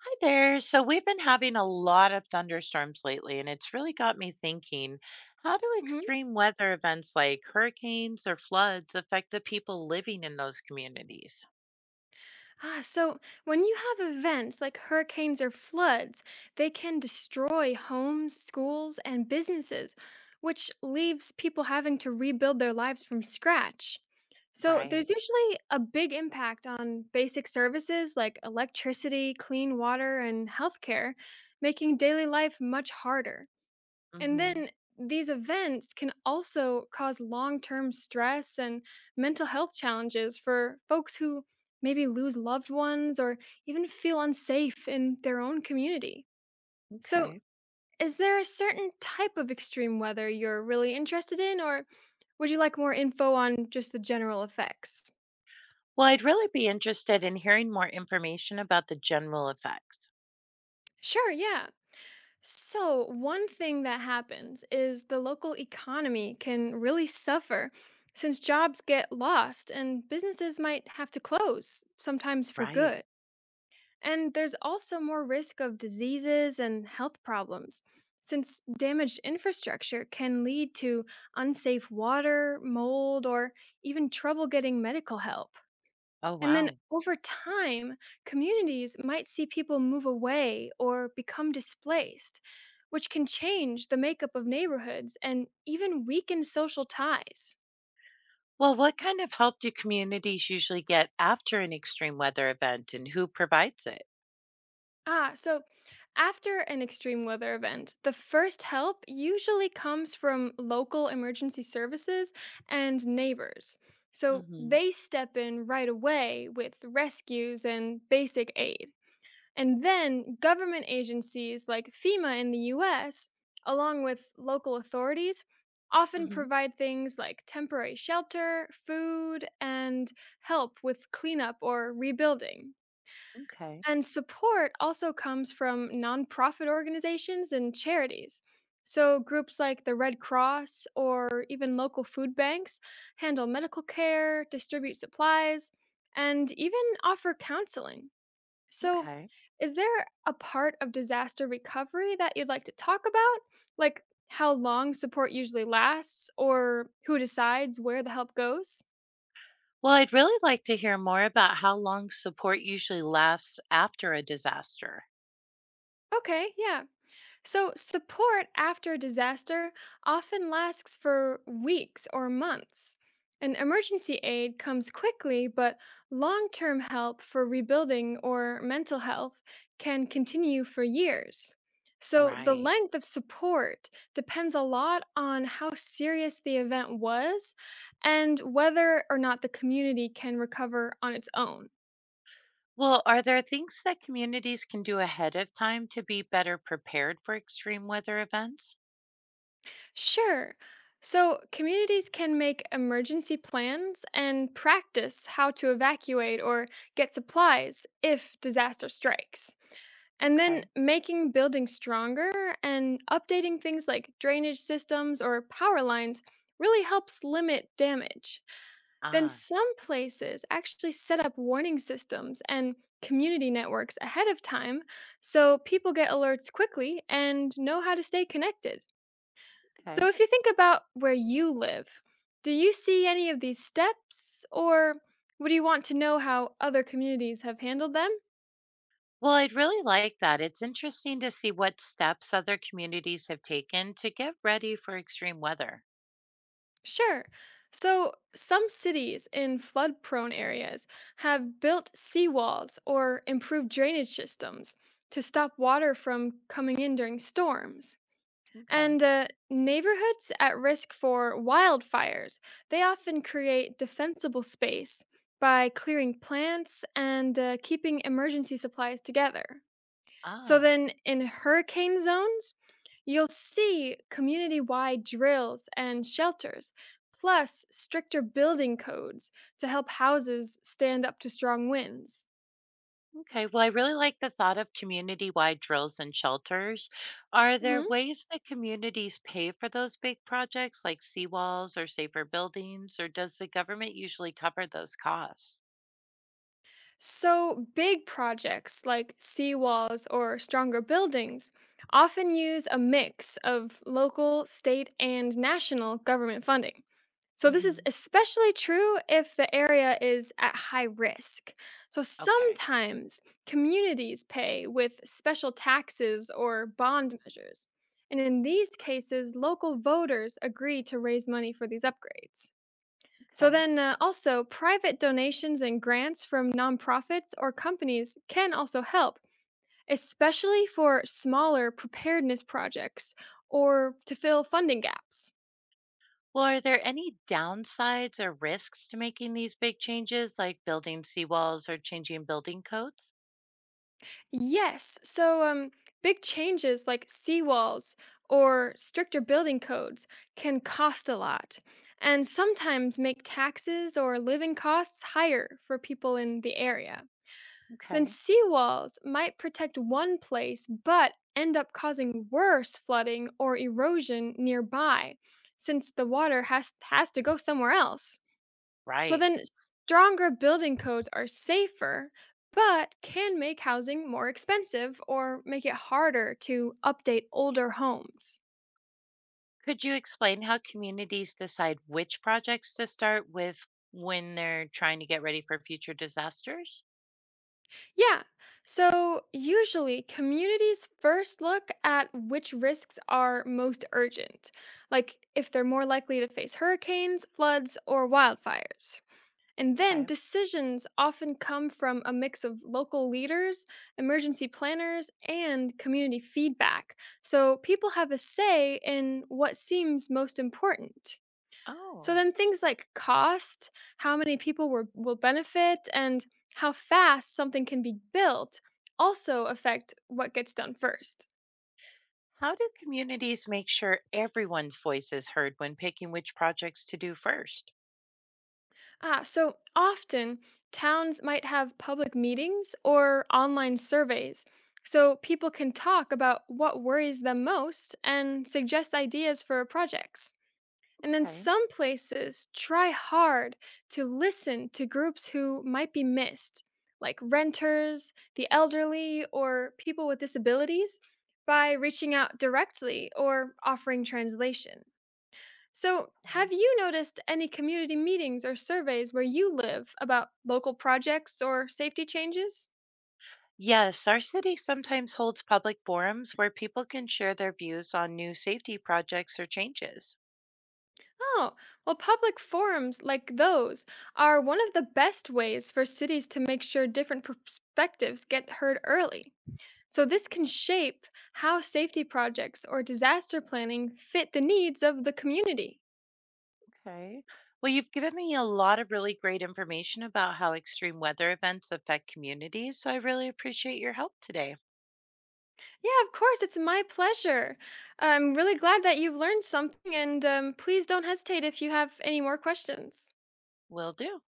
Hi there. So we've been having a lot of thunderstorms lately, and it's really got me thinking, how do Mhm. extreme weather events like hurricanes or floods affect the people living in those communities? So when you have events like hurricanes or floods, they can destroy homes, schools, and businesses, which leaves people having to rebuild their lives from scratch. So Right. there's usually a big impact on basic services like electricity, clean water, and healthcare, making daily life much harder. And Hmm. then these events can also cause long term stress and mental health challenges for folks who maybe lose loved ones or even feel unsafe in their own community. So, Okay. is there a certain type of extreme weather you're really interested in, or would you like more info on just the general effects? Well, I'd really be interested in hearing more information about the general effects. Sure, yeah. So, one thing that happens is the local economy can really suffer since jobs get lost and businesses might have to close, sometimes for Right. good. And there's also more risk of diseases and health problems since damaged infrastructure can lead to unsafe water, mold, or even trouble getting medical help. Oh, And then wow. over time, communities might see people move away or become displaced, which can change the makeup of neighborhoods and even weaken social ties. Well, what kind of help do communities usually get after an extreme weather event, and who provides it? So after an extreme weather event, the first help usually comes from local emergency services and neighbors. So Hmm. they step in right away with rescues and basic aid. And then government agencies like FEMA in the US, along with local authorities, often Hmm. provide things like temporary shelter, food, and help with cleanup or rebuilding. Okay. And support also comes from nonprofit organizations and charities. So, groups like the Red Cross or even local food banks handle medical care, distribute supplies, and even offer counseling. So, Okay. is there a part of disaster recovery that you'd like to talk about? Like how long support usually lasts or who decides where the help goes? Well, I'd really like to hear more about how long support usually lasts after a disaster. Okay, yeah. So, support after a disaster often lasts for weeks or months. And emergency aid comes quickly, but long term help for rebuilding or mental health can continue for years. So, the Right. length of support depends a lot on how serious the event was and whether or not the community can recover on its own. Well, are there things that communities can do ahead of time to be better prepared for extreme weather events? Sure. So, communities can make emergency plans and practice how to evacuate or get supplies if disaster strikes. And then Okay. making buildings stronger and updating things like drainage systems or power lines really helps limit damage. Then, Ah, some places actually set up warning systems and community networks ahead of time so people get alerts quickly and know how to stay connected. okay. So, if you think about where you live, do you see any of these steps or would you want to know how other communities have handled them? Well, I'd really like that. It's interesting to see what steps other communities have taken to get ready for extreme weather. Sure. So, some cities in flood prone areas have built seawalls or improved drainage systems to stop water from coming in during storms. Okay. And neighborhoods at risk for wildfires, they often create defensible space by clearing plants and keeping emergency supplies together. So Ah. then in hurricane zones, you'll see community wide drills and shelters, plus stricter building codes to help houses stand up to strong winds. Okay, well, I really like the thought of community wide drills and shelters. Are there Mhm. ways that communities pay for those big projects like seawalls or safer buildings, or does the government usually cover those costs? So, big projects like seawalls or stronger buildings often use a mix of local, state, and national government funding. So, this Hmm. is especially true if the area is at high risk. So, Okay, sometimes communities pay with special taxes or bond measures. And in these cases, local voters agree to raise money for these upgrades. So okay. then also private donations and grants from nonprofits or companies can also help, especially for smaller preparedness projects or to fill funding gaps. Well, are there any downsides or risks to making these big changes like building seawalls or changing building codes? Yes, so big changes like seawalls or stricter building codes can cost a lot and sometimes make taxes or living costs higher for people in the area. Then Okay, seawalls might protect one place but end up causing worse flooding or erosion nearby since the water has to go somewhere else. So right. then stronger building codes are safer but can make housing more expensive or make it harder to update older homes. Could you explain how communities decide which projects to start with when they're trying to get ready for future disasters? Yeah. So, usually, communities first look at which risks are most urgent, like if they're more likely to face hurricanes, floods, or wildfires. And then Okay. decisions often come from a mix of local leaders, emergency planners, and community feedback. So people have a say in what seems most important. So Oh, then things like cost, how many will benefit, and how fast something can be built also affect what gets done first. how do communities make sure everyone's voice is heard when picking which projects to do first? So often towns might have public meetings or online surveys so people can talk about what worries them most and suggest ideas for projects. And then Okay. some places try hard to listen to groups who might be missed, like renters, the elderly, or people with disabilities, by reaching out directly or offering translation. So, Okay. have you noticed any community meetings or surveys where you live about local projects or safety changes? Yes, our city sometimes holds public forums where people can share their views on new safety projects or changes. Oh, well, public forums like those are one of the best ways for cities to make sure different perspectives get heard early. So, this can shape how safety projects or disaster planning fit the needs of the community. Okay. Well, you've given me a lot of really great information about how extreme weather events affect communities, so I really appreciate your help today. Yeah, of course, it's my pleasure. I'm really glad that you've learned something, and please don't hesitate if you have any more questions. Will do.